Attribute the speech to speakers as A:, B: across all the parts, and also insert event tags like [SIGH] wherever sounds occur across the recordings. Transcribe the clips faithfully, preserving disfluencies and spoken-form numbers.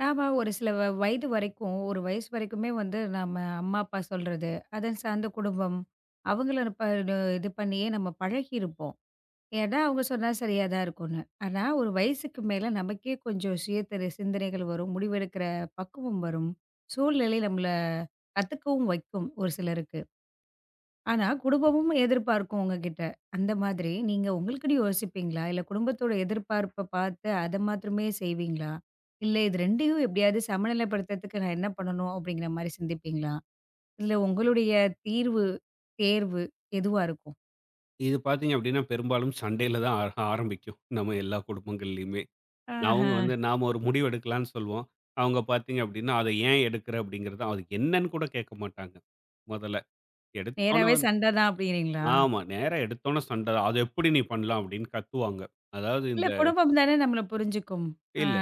A: நாம ஒரு சில வ வயது வரைக்கும், ஒரு வயசு வரைக்குமே வந்து நம்ம அம்மா, அப்பா சொல்றது, அதை சார்ந்த குடும்பம், அவங்கள ப இது பண்ணியே நம்ம பழகியிருப்போம். ஏன்னா அவங்க சொன்னா சரியா தான் இருக்கும்னு. ஆனா ஒரு வயசுக்கு மேல நமக்கே கொஞ்சம் சுய தெரி சிந்தனைகள் வரும், முடிவெடுக்கிற பக்குவம் வரும், சூழ்நிலை நம்மள கத்துக்கவும் வைக்கும் ஒரு சிலருக்கு. ஆனா, குடும்பமும் எதிர்பார்க்கும் உங்ககிட்ட. அந்த மாதிரி நீங்க உங்களுக்குன்னு யோசிப்பீங்களா? இல்ல குடும்பத்தோட எதிர்பார்ப்ப பார்த்து அத மாத்திரமே செய்வீங்களா? இல்ல இது ரெண்டையும் எப்படியாவது சமநிலைப்படுத்துறதுக்கு நான் என்ன பண்ணணும்? அப்படிங்கிற மாரி சிந்திப்பீங்களா? இதுல உங்களுடைய தீர்வு, தேர்வு எதுவா இருக்கும்?
B: இது பார்த்தீங்க அப்டின்னா, பெரும்பாலும் சண்டையில தான் ஆ ஆரம்பிக்கும். நம்ம எல்லா குடும்பங்கள்லயுமே.
A: ஆஹா,
B: அவங்க வந்து நாம ஒரு முடிவு எடுக்கலான்னு சொல்லுவோம். அவங்க பார்த்தீங்க அப்டின்னா, "அத ஏன் எடுக்குற?" அப்படிங்கிறது அது என்னன்னு கூட கேட்க மாட்டாங்க. மொதல்ல. எடுத்தோனே
A: நேராவே
B: வந்து
A: சண்ட தான் அப்படிங்கிறீங்களா?
B: ஆமா. நேரா எடுத்தோனே சண்ட. "அது எப்படி நீ பண்ணலாம்?" அப்படின்னு கத்துவாங்க. அதாவது
A: இல்ல
B: இந்த
A: குடும்பம் தானே நம்மள புரிஞ்சுக்கும். ஆ,
B: இல்ல.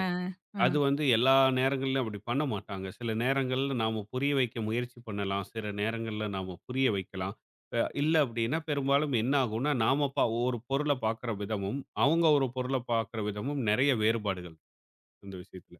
A: ஆ.
B: அது வந்து எல்லா நேரங்கள்லயும் அப்படி பண்ண மாட்டாங்க. சில நேரங்கள்ல நாம புரிய வைக்க முயற்சி பண்ணலாம். சில நேரங்கள்ல நாம புரிய வைக்கலாம். அ இல்ல அப்படின்னா பெரும்பாலும் என்ன ஆகும்னா, நாம ப ஒரு பொருள பார்க்கிற விதமும், அவங்க ஒரு பொருள பார்க்கிற விதமும் நெறைய வேறுபாடுகள் இருக்கு இந்த விஷயத்துல.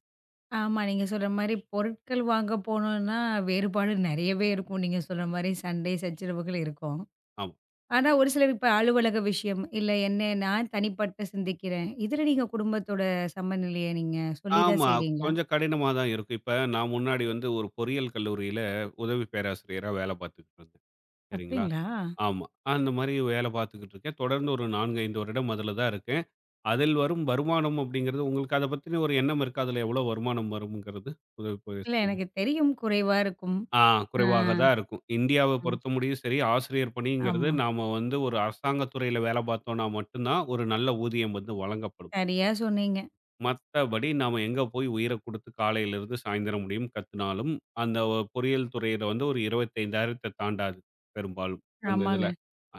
A: ஆமா, நீங்க சொல்ற மாரி பொருட்கள் வாங்க போனோம்னா, வேறுபாடு நெறையவே இருக்கும். நீங்க சொல்ற மாரி சண்டை, சச்சரவுகள் இருக்கும்.
B: ஆமா.
A: ஆனா, ஒரு சிலர் இப்ப அலுவலக விஷயம், இல்ல என்ன நான் தனிப்பட்ட சிந்திக்கிறேன். இதுல நீங்க குடும்பத்தோட சமநிலைய நீங்க சொல்லி தான்
B: ஆமா.
A: செய்றீங்களா?
B: கொஞ்சம் கடினமா தான் இருக்கும். இப்ப நான் முன்னாடி வந்து ஒரு பொறியியல் கல்லூரியில உதவி பேராசிரியரா வேலை பார்த்துக்கிட்டு இருந்தேன். சரிங்களா?
A: அப்டிங்களா?
B: ஆமா. அந்த மாரி வேலை பார்த்துக்கிட்டு இருக்கேன். தொடர்ந்து ஒரு நான்கு, ஐந்து வருடம் அதுல தான் இருக்கேன். அதில் வரும் வருமானம் அப்படிங்கிறது உங்களுக்கு அத பத்தின ஒரு எண்ணம் இருக்கா? அதில எவ்வளோ வருமானம் வரும்ங்கிறது? உதவி புரிய
A: இல்ல
B: சொல்லுங்க.
A: எனக்கு தெரியும் குறைவா இருக்கும்.
B: ஆ
A: ஆ,
B: குறைவாக தான் இருக்கும். இந்தியாவ
A: ம்.
B: பொறுத்த முடியும் சரி, ஆசிரியர் பணிங்கிறது
A: ஆமா.
B: நாம வந்து ஒரு அரசாங்க துறையில வேலை பார்த்தோம்னா மட்டும் தான் ஒரு நல்ல ஊதியம் வந்து வழங்கப்படும்.
A: சரியா சொன்னீங்க.
B: மத்தபடி நாம எங்க போய் உயிர குடுத்து காலையிலிருந்து சாயந்திரம் முடியும் கத்துனாலும், அந்த ஒ பொறியியல் துறையில வந்து ஒரு இருபத்தி ஐந்தாயிரம் தாண்டாது பெரும்பாலும். அந்த
A: ஆமாங்க.
B: இதுல.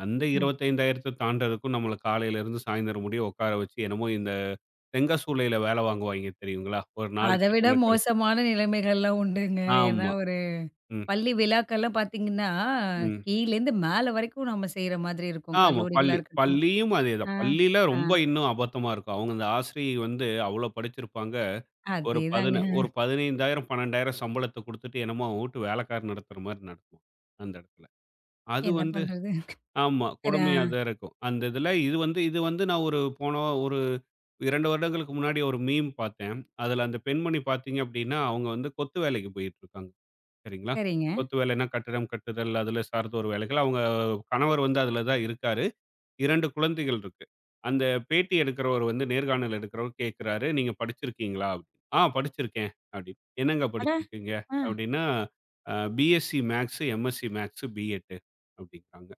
B: அந்த
A: ம்.
B: இருபத்தி ஐந்தாயிரம் தாண்டறதுக்கும் நம்மள காலையிலிருந்து சாயந்திரம் முடிய உட்கார வச்சு என்னமோ இந்த தெங்கசூளையில வேலை வாங்குவாய்ங்க தெரியுங்களா? ஒரு
A: அத
B: நாளைக்கு
A: விட
B: இத்தன கல்
A: மோசமான நிலைமைகள்லாம் உண்டுங்க. ஏன்னா,
B: ஆமா.
A: ஒரு
B: ம்,
A: பள்ளி விழாக்கள்லாம் பாத்தீங்கன்னா,
B: ம்.
A: கீழேருந்து மேல வரைக்கும் நம்ம செய்ற மாதிரி இருக்கும்.
B: ஆமா.
A: கல்லூரிகளா
B: பள்ளி
A: இருக்கட்டும்.
B: பள்ளியும் அதேதான்.
A: ஆ,
B: பள்ளியில
A: ஆ.
B: ரொம்ப இன்னும் அபத்தமா இருக்கும். அவங்க அந்த ஆசிரியை வந்து அவ்வளோ படிச்சிருப்பாங்க. ஒரு
A: அதேதாங்க.
B: பதின ஒரு பதினைந்தாயிரம் பன்னிரண்டாயிரம் சம்பளத்த குடுத்துட்டு, என்னமோ அவங்க வூட்டு வேலைக்காரன் நடத்துற மாரி நடத்துவான். அந்த இடத்துல. அது
A: என்ன
B: வந்து
A: பண்றது?
B: ஆமா.
A: சரி, ஆ.
B: கொடுமையா தான் இருக்கும். அந்த இதுல இது வந்து இது வந்து நான் ஒரு போன ஒரு இரண்டு வருடங்களுக்கு முன்னாடி ஒரு மீம் பார்த்தேன். அதுல அந்த பெண்மணி பார்த்தீங்க அப்டின்னா, அவங்க வந்து கொத்து வேலைக்கு போயிட்டு இருக்காங்க. சரிங்களா.
A: சரிங்க.
B: கொத்து வேலைன்னா கட்டிடம் கட்டுதல், அதுல சார்ந்த ஒரு வேலைகள். அவங்க கணவர் வந்து அதுல தான் இருக்காரு. இரண்டு குழந்தைகள் இருக்கு. அந்த பேட்டி எடுக்கிறவர் வந்து நேர்காணல் எடுக்கிறவர் கேட்கிறாரு, "நீங்க படிச்சிருக்கீங்களா?" அப்படின்னு. "ஆ படிச்சிருக்கேன்" அப்படின்னு. "என்னங்க
A: அட!
B: படிச்சிருக்கீங்க?"
A: ஆ.
B: அப்படின்னா, "அ BSc maths, MSc maths, BEd" அப்படிங்கிறாங்க.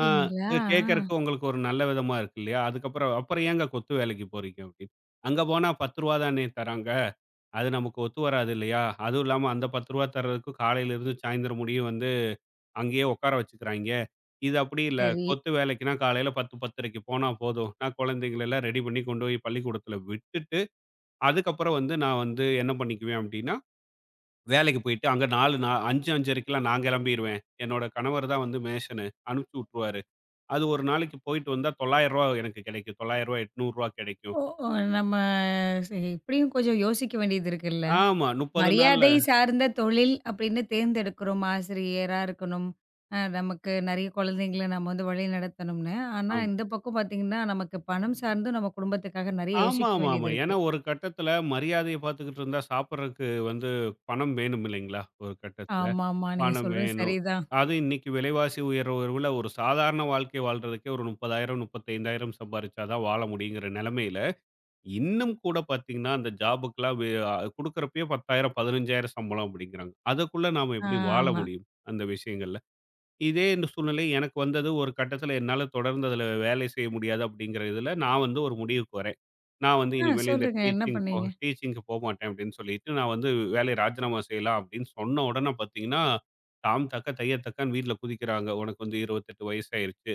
B: ஆ இது
A: ஆ.
B: கேட்கறக்கு உங்களுக்கு ஒரு நல்ல விதமா இருக்கு இல்லையா? அதுக்கப்புறம், "அப்புறம் ஏங்க கொத்து வேலைக்கு போறீங்க?" அப்படின்னு. "அங்க போனா ரூ. பத்து தானே தராங்க." அது நமக்கு ஒத்து வராது இல்லையா? அதுவும் இல்லாம அந்த ரூ. பத்து தர்றதுக்கு காலையிலிருந்து சாயந்தரம் முடியும் வந்து அங்கேயே உட்கார வச்சுக்கிறாய்ங்க. இது அப்படி இல்ல.
A: சரி.
B: கொத்து வேலைக்குன்னா காலையில பத்து, 10:30க்கு போனா போதும். நான் குழந்தைங்கள எல்லாம் ரெடி பண்ணி கொண்டு போய் பள்ளிக்கூடத்துல விட்டுட்டு, அதுக்கப்புறம் வந்து நான் வந்து என்ன பண்ணிக்குவேன் அப்படின்னா, வேலைக்கு போயிட்டு அங்க நான்கு நா ஐந்து, 5:30க்கெல்லாம் நான் கிளம்பிருவேன். என்னோட கணவர் தான் வந்து மேஷனு. அனுப்பிச்சு விட்டுருவாரு. அது ஒரு நாளைக்கு போயிட்டு வந்தா ரூ. தொள்ளாயிரம் எனக்கு கிடைக்கும். ரூ. தொள்ளாயிரம் ரூ. எண்ணூறு கிடைக்கும்.
A: ஓ, ஓ, நம்ம. சரி இப்படியும் கொஞ்சம் யோசிக்க வேண்டியது இருக்குல்ல.
B: ஆமா. முப்பது நாள்ல.
A: மரியாதை சார்ந்த தொழில் அப்படின்னு தேர்ந்தெடுக்கிறோம். ஆசிரியரா இருக்கணும். அ நமக்கு நெறைய குழந்தைங்கள நம்ம வந்து வழி நடத்தணும்னு. ஆனா இந்த பக்கம் பார்த்தீங்கன்னா, நமக்கு பணம் சார்ந்தும் நம்ம குடும்பத்துக்காக நெறைய
B: ஆமா,
A: யோசிக்க
B: ஆமா, ஆமா.
A: வேண்டியது இருக்கு.
B: ஏன்னா ஒரு கட்டத்துல மரியாதைய பாத்துக்கிட்டு இருந்தா சாப்பிடுறதுக்கு வந்து பணம் வேணும் இல்லைங்களா? ஒரு கட்டத்துல.
A: ஆமாமா. நீங்க
B: பணம்
A: சொல்றது
B: வேணும்.
A: சரிதான்.
B: அது இன்னைக்கு விலைவாசி உயர்வுல ஒரு சாதாரண வாழ்க்கை வாழ்றதுக்கே ஒரு முப்பதாயிரம் முப்பத்தி ஐந்தாயிரம் சம்பாரிச்சா தான் வாழ முடியுங்கிற நெலைமையில, இன்னும் கூட பாத்தீங்கன்னா, அந்த ஜாபுக்குலாம் வே அ குடுக்குறப்பயே பத்தாயிரம் பதினைந்தாயிரம் சம்பளம் அப்படிங்கிறாங்க. அதுக்குள்ள நாம
A: ஆ
B: எப்படி வாழ
A: ஆமா.
B: முடியும்? அந்த விஷயங்கள்ல. இதே இந்த சூழ்நிலை எனக்கு வந்தது. ஒரு கட்டத்துல என்னால தொடர்ந்து அதுல வேலை செய்ய முடியாது அப்படிங்கிற இதுல நான் வந்து ஒரு முடிவுக்கு வரேன். நான் வந்து
A: ஆ
B: இனிமேல் இந்த
A: சொல்லுங்க. என்ன
B: டீச்சிங் போ
A: பண்ணீங்க?
B: டீச்சிங்க்கு போமாட்டேன் அப்படின்னு சொல்லிட்டு, நான் வந்து வேலைய ராஜினாமா செய்யலாம் அப்படின்னு சொன்ன உடனே பார்த்தீங்கன்னா, தாம் தக்க தைய தக்கன்னு வீட்ல குதிக்கிறாங்க. "உனக்கு வந்து இருபத்தி எட்டு வயசாயிருச்சு.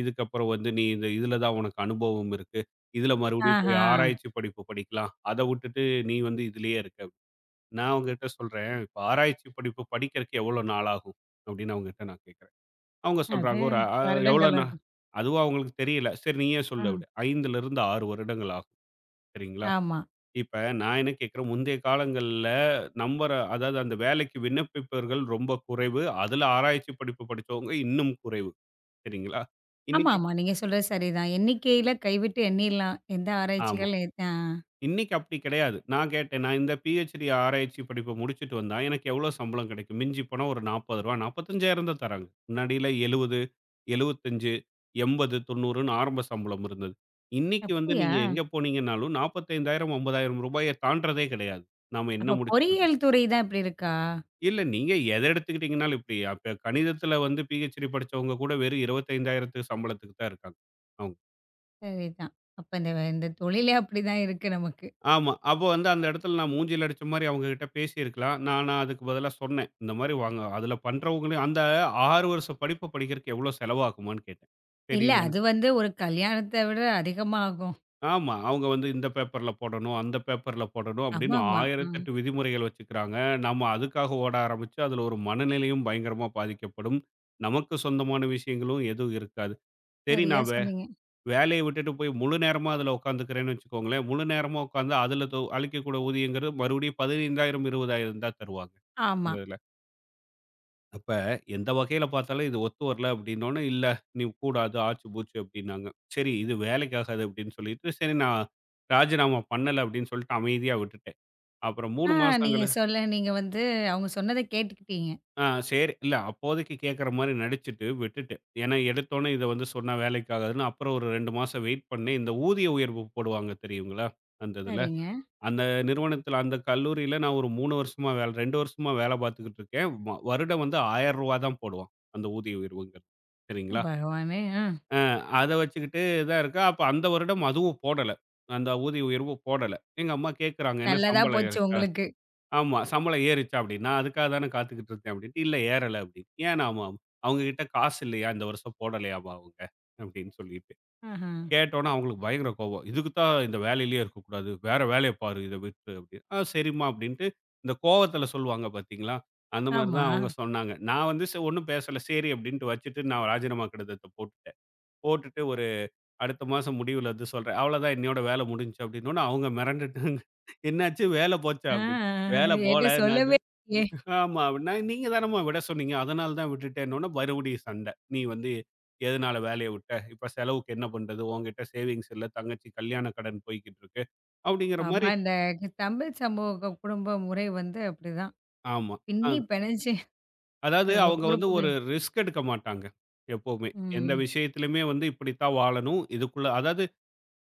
B: இதுக்கப்புறம் வந்து நீ இந்த இதில தான் உனக்கு அனுபவம் இருக்கு. இதில மறுபடியும் போய்
A: ஆஹா.
B: ஆராய்ச்சி படிப்பு படிக்கலாம். அத விட்டுட்டு நீ வந்து இதிலேயே இருக்க." நான் அவங்ககிட்ட சொல்றேன், "இப்ப ஆராய்ச்சி படிப்பு படிக்கிறக்கு எவ்வளோ நாள் ஆகும்?" அப்படின்னு அவங்ககிட்ட நான் கேட்கிறேன். அவங்க சொல்றாங்க,
A: அது
B: "ஒரு அ எவ்வளோ
A: வருடங்கள்
B: நா"
A: ஆகும்.
B: அதுவும் அவங்களுக்கு தெரியல. சரி நீயே
A: ஆ.
B: சொல்லு அப்படி. 5லிருந்து ஆறு வருடங்கள் ஆகும். சரிங்களா?
A: ஆமா.
B: இப்ப நான் என்ன கேட்கிறேன், முந்தைய காலங்கள்ல நம்புற அதாவது அந்த வேலைக்கு விண்ணப்பிப்பவர்கள் ரொம்ப குறைவு. அதுல ஆராய்ச்சி படிப்பு படிச்சவங்க இன்னும் குறைவு. சரிங்களா?
A: ஆமா,
B: இன்னைக்கு
A: ஆமா. நீங்க சொல்றது சரிதான். எண்ணிக்கையில கைவிட்டு எண்ணிடலாம். எந்த
B: ஆமா.
A: ஆராய்ச்சிகள் எத் ஆ.
B: இன்னைக்கு அப்படி கிடையாது. நான் கேட்டேன், "நான் இந்த பிஹெச்டி ஆராய்ச்சி படிப்ப முடிச்சுட்டு வந்தா, எனக்கு எவ்வளோ சம்பளம் கிடைக்கும்?" மிஞ்சி போனா ஒரு ரூ. நாற்பது நாற்பத்தி ஐந்தாயிரம் தான் தராங்க. முன்னாடியில எழுபது, எழுபத்தி ஐந்து, எண்பது, 90ன்னு ஆரம்ப சம்பளம் இருந்தது. இன்னைக்கு வந்து
A: அப்படியா?
B: நீங்க எங்க போனீங்கன்னாலும், நாற்பத்தி ஐந்தாயிரம் ரூ. ஐம்பதாயிரம் தாண்டறதே கிடையாது. நாம என்ன
A: அப்ப
B: முடிச்சிருந்தோம்.
A: பொறியியல் துறை தான் இப்படி இருக்கா?
B: இல்ல நீங்க எத எடுத்துக்கிட்டீங்கனாலும் இப்படி அப்ப கணிதத்துல வந்து பிஹெச்டி படிச்சவங்க கூட வெறும் இருபத்தி ஐந்தாயிரம் சம்பளத்துக்கு தான் இருக்காங்க. அவங்க.
A: சரிதான். அப்ப இந்த இந்த தொழிலே அப்படிதான் இருக்கு நமக்கு.
B: ஆமா. அப்போ வந்து அந்த இடத்துல நான் மூஞ்சில அடிச்ச மாரி அவங்க கிட்ட பேசியிருக்கலாம். நான் ஆனா அதுக்கு பதிலா சொன்னேன். இந்த மாரி வாங்க. அதுல பண்றவங்களையும் அந்த ஆறு வருஷ படிப்ப படிக்கிறதுக்கு எவ்வளோ செலவாகுமான்னு கேட்டேன்.
A: இல்ல
B: தெரியுமான்னு
A: அது வந்து ஒரு கல்யாணத்த விட அதிகமா ஆகும்.
B: ஆமா. அவங்க வந்து இந்த பேப்பர்ல போடணும், அந்த பேப்பர்ல போடணும் அப்படின்னு
A: ஆமாமா. ஆ
B: ஆயிரத்தி எட்டு விதிமுறைகள் வச்சுக்கிறாங்க. நாம அதுக்காக ஓட ஆரம்பிச்சு, அதுல ஒரு மனநிலையும் பயங்கரமா பாதிக்கப்படும். நமக்கு சொந்தமான விஷயங்களும் எதுவும் இருக்காது. சரி
A: சரியா
B: நான் வே
A: சொன்னீங்க.
B: வேலைய விட்டுட்டு போய் முழு நேரமா அதுல உட்காந்துக்கிறேன்னு வச்சுக்கோங்களேன், முழு நேரமா உட்காந்து அதுல தொ அளிக்கக்கூடிய ஊதியங்கிறது மறுபடியும் பதினைந்தாயிரம், இருபதாயிரம் தான் தருவாங்க. அந்த
A: ஆமா.
B: இதுல. அப்ப எந்த வகையில பார்த்தாலும் இது ஒத்து வரல அப்படின்னோனே, "இல்ல நீ கூடாது, ஆச்சு பூச்சு" அப்படின்னாங்க. சரி இது வேலைக்காகாது அப்படின்னு சொல்லிட்டு, சரி நான் ராஜினாமா பண்ணல அப்படின்னு சொல்லிட்டு அமைதியா விட்டுட்டேன். அப்புறம்
A: ஆ
B: மூன்று மாசம்
A: நீங்க
B: கழி
A: சொல்ல நீங்க வந்து அவங்க சொன்னத கேட்டுக்கிட்டீங்க.
B: ஆ சரி இல்ல அப்போதைக்கு கேட்கற மாரி நடிச்சுட்டு விட்டுட்டேன். ஏன்னா எடுத்தோனே இத வந்து சொன்னா வேலைக்காகாதுன்னு அப்புறம் ஒரு இரண்டு மாசம் வெயிட் பண்ணேன். இந்த ஊதிய உயர்வு போடுவாங்க தெரியுங்களா? அந்த இதுல.
A: சரிங்க.
B: அந்த நிறுவனத்தில அந்த கல்லூரியில நான் ஒரு மூன்று வருஷமா வேல இரண்டு வருஷமா வேலை பார்த்துக்கிட்டு இருக்கேன். வ வருடம் வந்து ரூ. ஆயிரம் தான் போடுவான். அந்த ஊதிய உயர்வுங்கிறது. சரிங்களா?
A: பகவானே! ஆ
B: அ அத வச்சுக்கிட்டு தான் இருக்கா. அப்ப அந்த வருடம் அதுவும் போடல. அந்த ஊதிய உயர்வு போடல. எங்க அம்மா கேட்கறாங்க, "என்ன
A: நல்லதா
B: சம்பளம்
A: போச்சு
B: ஏறுச்சா?"
A: உங்களுக்கு.
B: ஆமா. "சம்பளம் ஏறுச்சா?" அப்படின்னா, "அதுக்காக தானே காத்துக்கிட்டு இருந்தேன்" அப்படின்ட்டு. "இல்ல ஏறல" அப்படின்னு. "ஏனாமா?" "அவங்க கிட்ட காசு இல்லையா? இந்த வருஷம் போடலையாமா அவங்க?" அப்படின்னு சொல்லிட்டு.
A: ஆஹ.
B: கேட்டோனே அவங்களுக்கு பயங்கர கோவம். "இதுக்கு தான் இந்த வேலையிலேயே இருக்கக்கூடாது. வேற வேலைய பாரு. இத விட்டுரு" அப்படின்னு. "ஆ சரிம்மா" அப்படின்ட்டு இந்த கோவத்துல சொல்லுவாங்க பார்த்தீங்களா? அந்த மாரி
A: ஆமா.
B: தான் அவங்க சொன்னாங்க. நான் வந்து ச ஒண்ணும் பேசல. "சரி" அப்படின்ட்டு வச்சுட்டு நான் ராஜினாமா கடிதத்த போட்டுட்டேன். போட்டுட்டு அடுத்த மாசம் முடிவுல வந்து சொல்றேன். அவ்வளோதான் என்னையோட வேலை முடிஞ்சுச்சு அப்படின்னோனே அவங்க மிரண்டுட்டாங்க. என்னாச்சு வேலை போச்சா?
A: ஆ
B: அப்படின்னு. வேலை போல
A: என்ட்ட
B: நான்
A: சொல்லவே
B: தான்
A: இல்லையே!
B: ஆமா. நான் நீங்க தானம்மா விட சொன்னீங்க. அதனால தான் விட்டுட்டேன்னோனே மறுபடியும் சண்டை. நீ வந்து எதனால வேலைய விட்ட? இப்ப செலவுக்கு என்ன பண்றது? உன்கிட்ட சேவிங்ஸ் இல்ல. தங்கச்சி கல்யாண கடன் போய்க்கிட்டு இருக்கு. அப்படிங்கிற
A: ஆமா.
B: மாரி
A: இந்த தமிழ் சமூக குடும்ப முறை வந்து அப்படிதான்.
B: ஆமா. அ
A: பின்னி பிணைஞ்சு
B: அதாவது
A: நம்ம
B: அவங்க வந்து ஒரு
A: பொறுப்புகள்.
B: ரிஸ்க் எடுக்க மாட்டாங்க. எப்பவுமே. எந்த
A: ம்.
B: விஷயத்திலுமே வந்து இப்படித்தான் வாழணும். இதுக்குள்ள அதாவது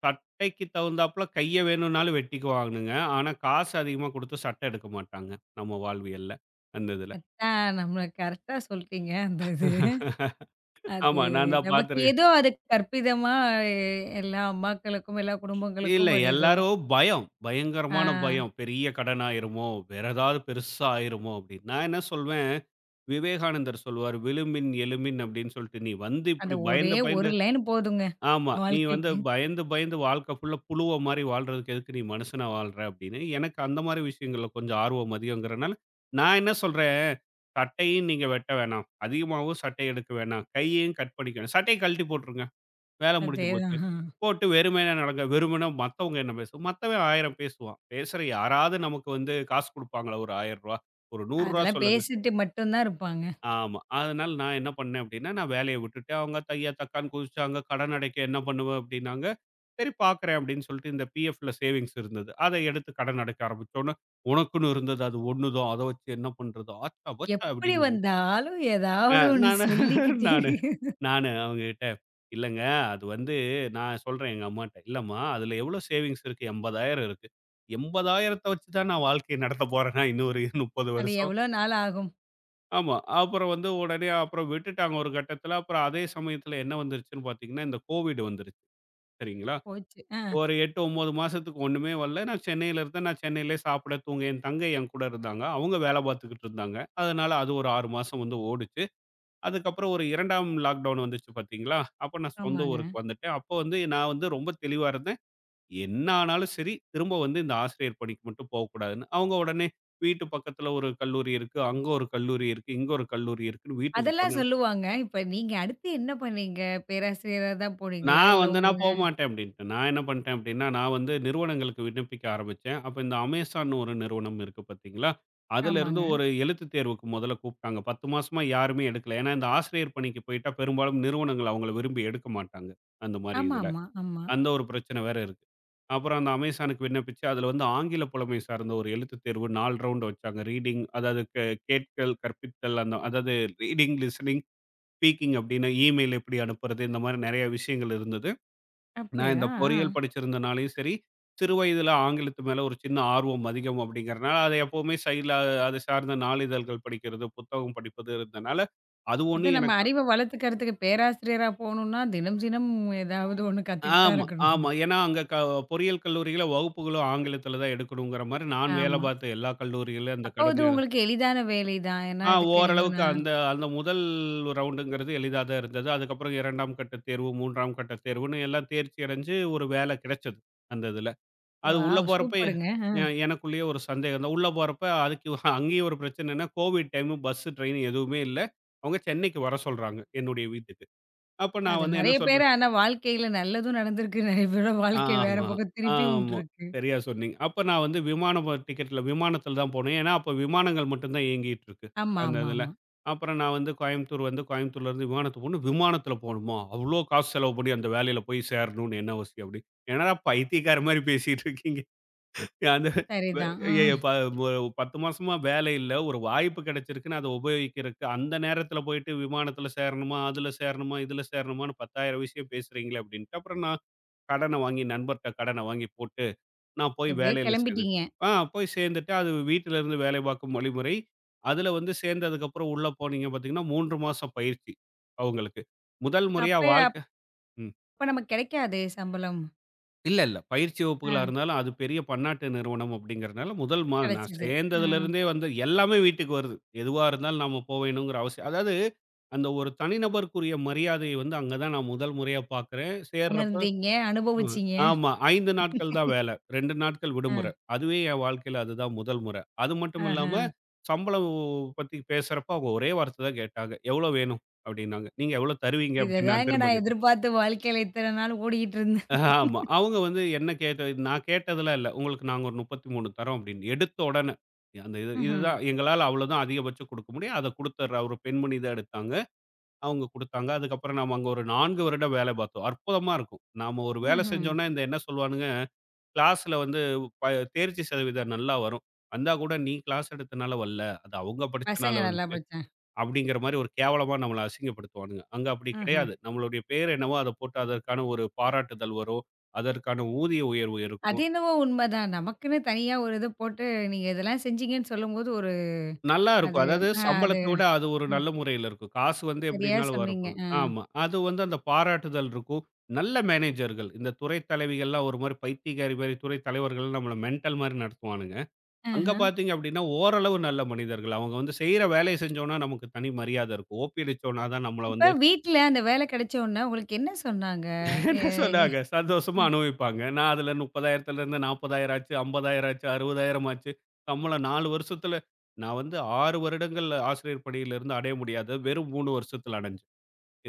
B: சட்டைக்கு தகுந்தாப்புல கைய வேணும்னாலும் வெட்டிக்குவாங்கங்க. ஆனா, காசு அதிகமா குடுத்து சட்டை எடுக்க மாட்டாங்க. நம்ம வாழ்வியல்ல. அந்த இதுல.
A: அதான் நம்மள கரெக்ட்டா சொல்ட்டீங்க. அந்த இது. அது
B: ஆமா. நான் தான்
A: நமக்கு
B: பார்த்துருக்கேன்.
A: ஏதோ அது கற்பிதமா, எ- எல்லா அம்மாக்களுக்கும், எல்லா
B: இல்ல
A: குடும்பங்களுக்கும் அது ஏதோ
B: எல்லாரும் பயம்.
A: ஆ.
B: பயங்கரமான பயம். பெரிய கடன் ஆயிருமோ! வேற ஏதாவது பெருசா ஆயிருமோ! அப்படின்னு. நான் என்ன சொல்வேன், விவேகானந்தர் சொல்லுவாரு, "விழுமின் எழுமின்" அப்படின்னு சொல்லிட்டு, "நீ வந்து
A: அந்த
B: இப்படி
A: ஒரே
B: பயந்து
A: ஒரு
B: பயந்து
A: லைன் போதுங்க
B: ஆமா. "நீ வந்து
A: வாழ்க்கைக்கு.
B: பயந்து, பயந்து வாழ்க்கை ஃபுல்லா புழுவ மாரி வாழ்றதுக்கு எதுக்கு நீ மனுஷனா வாழ்ற?" அப்படின்னு. எனக்கு அந்த மாரி விஷயங்கள்ல கொஞ்சம் ஆர்வம் அதிகங்கிறனால, நான் என்ன சொல்றேன், "சட்டையும் நீங்க வெட்ட வேணாம். அதிகமாவும் சட்டை எடுக்க வேணாம். கையையும் கட் பண்ணிக்க வேணாம். சட்டைய கழட்டி போட்டுருங்க. வேலை முடிஞ்சு போச்சு."
A: அதேதான்.
B: போட்டு வெறுமனே நடங்க. வெறுமனே மத்தவங்க என்ன பேசு மத்தவன் ஆயிரம் பேசுவான். பேசுற யாராவது நமக்கு வந்து காசு குடுப்பாங்களா ஒரு ரூ. ஆயிரம்? ஒரு ரூ. நூறு
A: அதெல்லாம்
B: சொல்லுங்க.
A: பேசிட்டு மட்டும் தான் இருப்பாங்க.
B: ஆமா. அதனால நான் என்ன பண்ணேன் அப்படின்னா, நான் வேலைய விட்டுட்டு அவங்க தையா, தக்கான்னு குதிச்சாங்க. கடன் அடைக்க என்ன பண்ணுவ அப்படின்னாங்க. சரி பார்க்குறேன் அப்படின்னு சொல்லிட்டு இந்த பிஎஃப்ல சேவிங்ஸ் இருந்தது. அத எடுத்து கடன் அடைக்க ஆரம்பிச்சோன்னே, உனக்குன்னு இருந்தது அது ஒண்ணு தான். அத வச்சு என்ன பண்றது? ஆச்சா போச்சா
A: எப்படி
B: அப்படிங்கிறது.
A: வந்தாலும்
B: அ
A: ஏதாவது ஒண்ணு
B: நானு [LAUGHS]
A: சொல்லிக்கிட்டே
B: நானு
A: இருக்கு.
B: நானு அவங்ககிட்ட, இல்லங்க அது வந்து நான் சொல்றேன் எங்க அம்மாட்ட. இல்லம்மா அதுல எவ்வளோ சேவிங்ஸ் இருக்கு? எண்பதாயிரம் இருக்கு. 80,000த்த வச்சு தான் நான் வாழ்க்கைய நடத்த போறேனா இன்னும் ஒரு முப்பது
A: அது
B: வருஷம்.
A: எவ்வளோ நாள் ஆகும்?
B: ஆமா. அப்புறம் வந்து உடனே அப்புறம் விட்டுட்டாங்க ஒரு கட்டத்தில. அப்புறம் அதே சமயத்தில என்ன வந்துருச்சுன்னு பார்த்தீங்கன்னா, இந்த கோவிட் வந்துருச்சு. சரிங்களா?
A: போச்சு. ஆ.
B: ஒரு எட்டு, ஒன்பது மாசத்துக்கு ஒண்ணுமே வரல. நான் சென்னையில இருந்தேன். நான் சென்னையிலேயே சாப்பிட, தூங்க என் தங்கை என் கூட இருந்தாங்க. அவங்க வேலை பார்த்துக்கிட்டு இருந்தாங்க. அதனால அது ஒரு ஆறு மாசம் வந்து ஓடுச்சு. அதுக்கப்புறம் ஒரு 2ஆம் லாக்டவுன் வந்துச்சு பார்த்தீங்களா? அப்ப நான் சொந்த
A: ஆமாங்க.
B: ஊருக்கு வந்துட்டேன். அப்போ வந்து நான் வந்து ரொம்ப தெளிவா இருந்தேன். என்ன ஆனாலும் சரி, திரும்ப வந்து இந்த ஆசிரியர் பணிக்கு மட்டும் போகக்கூடாதுன்னு, அவங்க உடனே வீட்டு பக்கத்துல ஒரு கல்லூரி இருக்கு. அங்க ஒரு கல்லூரி இருக்கு. இங்க ஒரு கல்லூரி இருக்குன்னு வீட்டுக்கு
A: அதெல்லாம்
B: போனேன்.
A: சொல்லுவாங்க. இப்ப நீங்க அடுத்து என்ன பண்ணீங்க? பேராசிரியரா தான் போனீங்களா?
B: நான்
A: இல்ல
B: வந்து
A: உங்கள.
B: நான் போமாட்டேன் அப்படின்ட்டேன். நான் என்ன பண்ணிட்டேன் அப்படின்னா, நான் வந்து நிறுவனங்களுக்கு விண்ணப்பிக்க ஆரம்பிச்சேன். அப்ப இந்த Amazonன்னு ஒரு நிறுவனம் இருக்கு பார்த்தீங்களா? அதுலருந்து
A: ஆமாங்க.
B: ஒரு எழுத்துத் தேர்வுக்கு முதல்ல கூப்பிட்டாங்க. பத்து மாசமா யாருமே எடுக்கல. ஏன்னா இந்த ஆசிரியர் பணிக்கு போயிட்டா பெரும்பாலும் நிறுவனங்கள் அவங்கள விரும்பி எடுக்க மாட்டாங்க. அந்த மாரி
A: ஆமா,
B: இதுல.
A: ஆமா, ஆமா.
B: அந்த ஒரு பிரச்சனை வேற இருக்கு. அப்புறம் அந்த அமேசானுக்கு விண்ணப்பிச்சு, அதுல வந்து ஆங்கில புலமை சார்ந்த ஒரு எழுத்துத் தேர்வு நான்கு ரவுண்ட் வச்சாங்க. ரீடிங் அதாவது கே கேட்கல், கற்பித்தல் அந்த அதாவது ரீடிங், லிசனிங், ஸ்பீக்கிங் அப்படின்னு இமெயில் எப்படி அனுப்புறது? இந்த மாரி நெறைய விஷயங்கள் இருந்தது. நான் இந்த
A: அப்படியா? ஆ.
B: பொறியியல் படிச்சிருந்தனாலயும் சரி, சிறு வயதில ஆங்கிலத்து மேல ஒரு சின்ன ஆர்வம் அதிகம் அப்படிங்கிறனால, அத எப்பவுமே சைட்ல அது சார்ந்த நாளிதழ்கள் படிக்கிறது, புத்தகம் படிப்பது இருந்தனால, அது
A: அதான்
B: ஒண்ணும்
A: நம்ம
B: எனக்கு
A: அறிவ வளர்த்துக்கிறதுக்கு பேராசிரியரா போணும்னா, தினம், தினம் ஏதாவது ஒண்ணு கத்துக்கிட்டு தான்
B: ஆமா,
A: இருக்கணும்.
B: ஆமா. ஏன்னா, அங்க க பொறியியல் கல்லூரியில வகுப்புகளும் ஆங்கிலத்தில தான் எடுக்கணுங்கிற மாரி நான் வேலை
A: ஆமா.
B: பார்த்த எல்லா கல்லூரியிலும் அந்த
A: அப்ப அது
B: கடுமையான
A: உங்களுக்கு எளிதான வேலை தான். ஏன்னா
B: ஆ
A: இதுக்கு நீங்க
B: ஓரளவுக்கு
A: நா.
B: அந்த அந்த முதல் ரவுண்டுங்கிறது எளிதா தான் இருந்தது. அதுக்கப்புறம் 2ஆம் கட்ட தேர்வு, 3ஆம் கட்ட தேர்வுன்னு எல்லாம் தேர்ச்சி அடைஞ்சு ஒரு வேலை கிடைச்சது, அந்த இதுல. அது உள்ள
A: வாவ்!
B: போறப்ப எ
A: சூப்பருங்க.
B: எனக்குள்ளேயே ஒரு சந்தேகம் தான். உள்ள போறப்ப அதுக்கு அங்கேயும் ஒரு பிரச்சனைன்னா, கோவிட் டைமு பஸ்ஸு, ட்ரெயின் எதுவுமே இல்ல. அவங்க சென்னைக்கு வர சொல்றாங்க, என்னுடைய வீட்டுக்கு. அப்ப நான்
A: அது
B: வந்து என்ன
A: நெறைய பேரு
B: சொல்றேன்
A: ஆனா வாழ்க்கையில நல்லதும் நடந்திருக்கு. நெறைய பேரோட வாழ்க்கை வேற
B: ஆமா,
A: பக்கம் திருப்பியும்
B: ஆமா.
A: விட்டுருக்கு.
B: சரியா சொன்னீங்க. அப்ப நான் வந்து விமானம் டிக்கெட்ல விமானத்தில தான் போனேன். ஏன்னா, அப்ப விமானங்கள் மட்டும் தான் இயங்கிட்டு இருக்கு.
A: ஆமா,
B: அந்த
A: ஆமா,
B: இதுல.
A: ஆமா.
B: அப்புறம் நான் வந்து கோயம்புத்தூர் வந்து கோயம்புத்தூர்லேருந்து விமானத்துக்கு போகணும். விமானத்தில போணுமா? அவ்ளோ காசு செலவு பண்ணி அந்த வேலையில போய் சேரணும்னு என்ன அவசியம் அப்டி. என்னடா பைத்தியக்கார மாரி பேசிட்டு இருக்கீங்க. அந்த
A: சரிதான்.
B: எ
A: ம்.
B: ப ஒரு பத்து மாசமா வேலை இல்ல. ஒரு வாய்ப்பு கிடைச்சிருக்குன்னு அத உபயோகிக்கிறதுக்கு அந்த நேரத்தில போயிட்டு விமானத்தில சேரணுமா, அதுல சேரணுமா, இதுல சேரணுமான்னு பத்தாயிரம் விஷயம் பேசுறீங்களே அப்டின்ட்டு அப்புறம் நான் கடன வாங்கி நண்பர்ட்ட கடன வாங்கி போட்டு, நான் போய்
A: எப்படியோ
B: வேலையில
A: கெளம்பிட்டீங்க.
B: சேர்ந்துட்டேன். ஆ போய் சேர்ந்துட்டு, அது வீட்டில இருந்து வேலை பார்க்கும் வழிமுறை. அதில வந்து சேர்ந்ததுக்கப்புறம் உள்ள போனீங்க பார்த்தீங்கன்னா, மூன்று மாசம் பயிற்சி அவங்களுக்கு. முதல் முறையா
A: அப்ப
B: வாழ்க்க ம்.
A: அப்ப நமக்கு கெடைக்காதே சம்பளம்?
B: இல்ல, இல்ல. பயிற்சி
A: ஆ.
B: வகுப்புகளா இருந்தாலும், அது பெரிய பன்னாட்டு நிறுவனம் அப்படிங்கிறனால, முதல் மா நான்
A: கிடைச்சது. ஆ.
B: சேர்ந்ததிலிருந்தே வந்து எல்லாமே வீட்டுக்கு வருது. எதுவா இருந்தாலும் நாம போவேணுங்கிற அவசியம் அதாவது அந்த ஒரு தனிநபருக்குரிய மரியாதைய வந்து அங்க தான் நான் முதல் முறையா பார்க்கிறேன். சேர்றப்ப
A: உணர்ந்தீங்க,
B: ம்.
A: அனுபவிச்சீங்க.
B: ஆமா. ஐந்து நாட்கள் தான் வேல. இரண்டு நாட்கள்
A: அ,
B: விடுமுறை. அதுவே என் வாழ்க்கையில அதுதான் முதல் முறை. அது மட்டும்
A: ஆஹா.
B: இல்லாம, சம்பளம் பத்தி பேசுறப்ப அவங்க ஒரே வார்த்தை தான் கேட்டாங்க. "எவ்வளோ வேணும்?" அப்படின்னாங்க. "நீங்க எவ்வளோ தருவீங்க?" அப்படின்னு நான்
A: இததாங்க
B: திரும்ப
A: நான்
B: கேட்டேன்.
A: எதிர்பார்த்து வாழ்க்கையில இத்தன நாள் ஓடிக்கிட்டு இருந்தேன்.
B: ஆமா. அவங்க வந்து என்ன கேட்ட நான் கேட்டதெல்லாம் இல்ல. "உங்களுக்கு நாங்க ஒரு முப்பத்தி மூன்று தரோம்" அப்படின்னு. எடுத்த உடனே அந்த இது
A: ம்ஹ்ம்.
B: இதுதான் எங்களால அவ்வளோதான் அதிகபட்சம் குடுக்க முடியும். அத குடுத்துடுறா ஒரு பெண்மணி தான் எடுத்தாங்க. அவங்க குடுத்தாங்க. அதுக்கப்புறம் நாம அங்க ஒரு நான்கு வருடம் வேலை பார்த்தோம். அற்புதமா இருக்கும். நாம ஒரு வேலை
A: ம்ஹ்ம்.
B: செஞ்சோம்னா இந்த என்ன சொல்வானுங்க? கிளாஸ்ல வந்து ப தேர்ச்சி சதவீதம் நல்லா வரும். வந்தா கூட நீ கிளாஸ் எடுத்தனால வரல. அது அவங்க
A: பசங்க
B: படிச்சனால
A: நல்லா
B: வந்துச்சு.
A: படிச்சா.
B: அப்படிங்கிற மாரி ஒரு கேவலமா நம்மள அசிங்கப்படுத்துவானுங்க. அங்க அப்படி
A: ம்ஹ்ம்.
B: கிடையாது. நம்மளுடைய பேர் என்னவோ அத போட்டு அதற்கான ஒரு பாராட்டுதல் வரும். அதற்கான ஊதிய உயர்வு
A: அது
B: இருக்கும்.
A: என்னவோ உண்மதான். நமக்குன்னு தனியா ஒரு இது போட்டு நீங்க இதெல்லாம் செஞ்சீங்கன்னு சொல்லும்போது ஒரு
B: நல்லா
A: அது.
B: இருக்கும். அதாவது
A: ஆ அது.
B: சம்பளத்த விட அது ஒரு
A: ம்.
B: நல்ல முறையில இருக்கும். காசு வந்து
A: சரியா
B: எப்படின்னாலும்
A: சொன்னீங்க.
B: வரப்போது.
A: அ.
B: ஆமா. அது வந்து அந்த பாராட்டுதல் இருக்கும். நல்ல மேனேஜர்கள். இந்த துறை தலைவிகள்லாம் ஒரு மாரி பைத்தியக்காரி மாரி துறை தலைவர்கள் நம்மள மென்டல் மாரி நடத்துவானுங்க. அங்க
A: ஆஹா.
B: பார்த்தீங்க அப்படின்னா, ஓரளவு நல்ல மனிதர்கள். அவங்க வந்து செய்ற வேலைய செஞ்சோம்னா, நமக்கு தனி மரியாதை இருக்கும். ஓபி அடிச்சோம்னா தான் நம்மள
A: இப்ப
B: வந்து
A: வீட்ல அந்த வேலை கிடைச்ச உடனே உங்களுக்கு என்ன சொன்னாங்க?
B: [LAUGHS]
A: எ
B: என்ன
A: எ
B: சொன்னாங்க, சந்தோஷமா அனுபவிப்பாங்க. நான் அதில முப்பதாயிரம் நாற்பதாயிரம் ஆச்சு, ஐம்பதாயிரம் ஆச்சு, அறுபதாயிரம் ஆச்சு. சம்பளம் நான்கு வருஷத்துல நான் வந்து ஆறு வருடங்கள் ஆசிரியர் பணியிலிருந்து அடைய முடியாதது, வெறும் மூன்று வருஷத்துல அடைஞ்சேன்,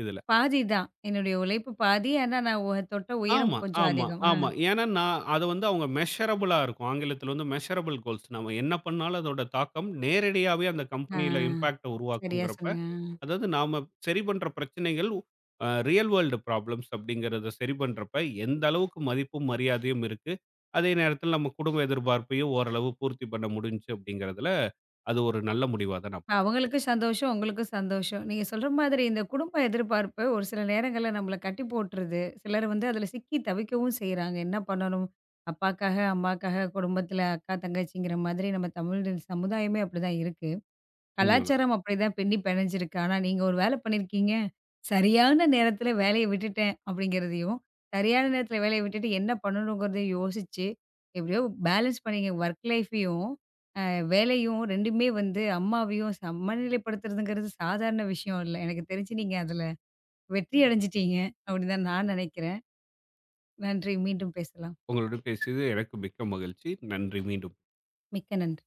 B: இதுல.
A: பாதி தான். என்னுடைய உழைப்பு பாதி. ஆனா நான் உ- தொட்ட உயரம்
B: ஆமா,
A: கொஞ்சம்
B: ஆமா,
A: அதிகம். அ.
B: ஆமா. ஏன்னா, நான் அது வந்து அவங்க மெஷரபிளா இருக்கும். ஆங்கிலத்தில வந்து மெஷரபிள் கோல்ஸ். நம்ம என்ன பண்ணாலும் அதோட தாக்கம் நேரடியாவே அந்த கம்பெனியில
A: ஆ.
B: இம்பாக்ட்ட
A: சரியா
B: உருவாக்குங்கிறப்ப
A: சொன்னீங்க.
B: அதாவது நாம சரி பண்ற பிரச்சனைகள் அ ரியல் வேர்ல்டு ப்ராப்ளம்ஸ் அப்படிங்கிறத சரி பண்றப்ப எந்த அளவுக்கு மதிப்பும் மரியாதையும் இருக்கு. அதே நேரத்தில நம்ம குடும்ப எதிர்பார்ப்பையும் ஓரளவு பூர்த்தி பண்ண முடிஞ்சுச்சு அப்படிங்கிறதுல, அது ஒரு நல்ல முடிவா தான் நான்
A: அவங்களுக்கும் சந்தோஷம், உங்களுக்கும் சந்தோஷம். நீங்க சொல்ற மாதிரி இந்த குடும்ப எதிர்பார்ப்பு ஒரு சில நேரங்கள்ல நம்மள கட்டி போட்டுருது. சிலர் வந்து அதில சிக்கி தவிக்கவும் செய்றாங்க. என்ன பண்ணணும்? அப்பாக்காக, அம்மாக்காக, குடும்பத்தில அக்கா, தங்கச்சிங்கிற மாதிரி நம்ம தமிழ் சமுதாயமே அப்படிதான் இருக்கு.
B: உண்மதான்.
A: கலாச்சாரம் அப்படிதான் பின்னி பிணைஞ்சிருக்கு. ஆனா நீங்க ஒரு வேலை பண்ணியிருக்கீங்க. சரியான நேரத்தில வேலைய விட்டுட்டேன் அப்படிங்கிறதையும், சரியான நேரத்தில வேலைய விட்டுட்டு என்ன பண்ணணுங்கிறதையும் யோசிச்சு, எப்படியோ பேலன்ஸ் பண்ணீங்க ஒர்க் லைஃபையும். வேலையும் ரெண்டுமே வந்து அம்மாவையும் சமநிலைப்படுத்துறதுங்கிறது சாதாரண விஷயம் இல்ல. எனக்கு தெரிஞ்சு நீங்க அதுல வெற்றி அடைஞ்சுட்டீங்க, அப்டின்னு தான் நான் நெனைக்கிறேன். நன்றி. மீண்டும் பேசலாம்.
B: உங்களுடன் பேசியது எனக்கு மிக்க மகிழ்ச்சி. நன்றி மீண்டும்.
A: மிக்க நன்றி.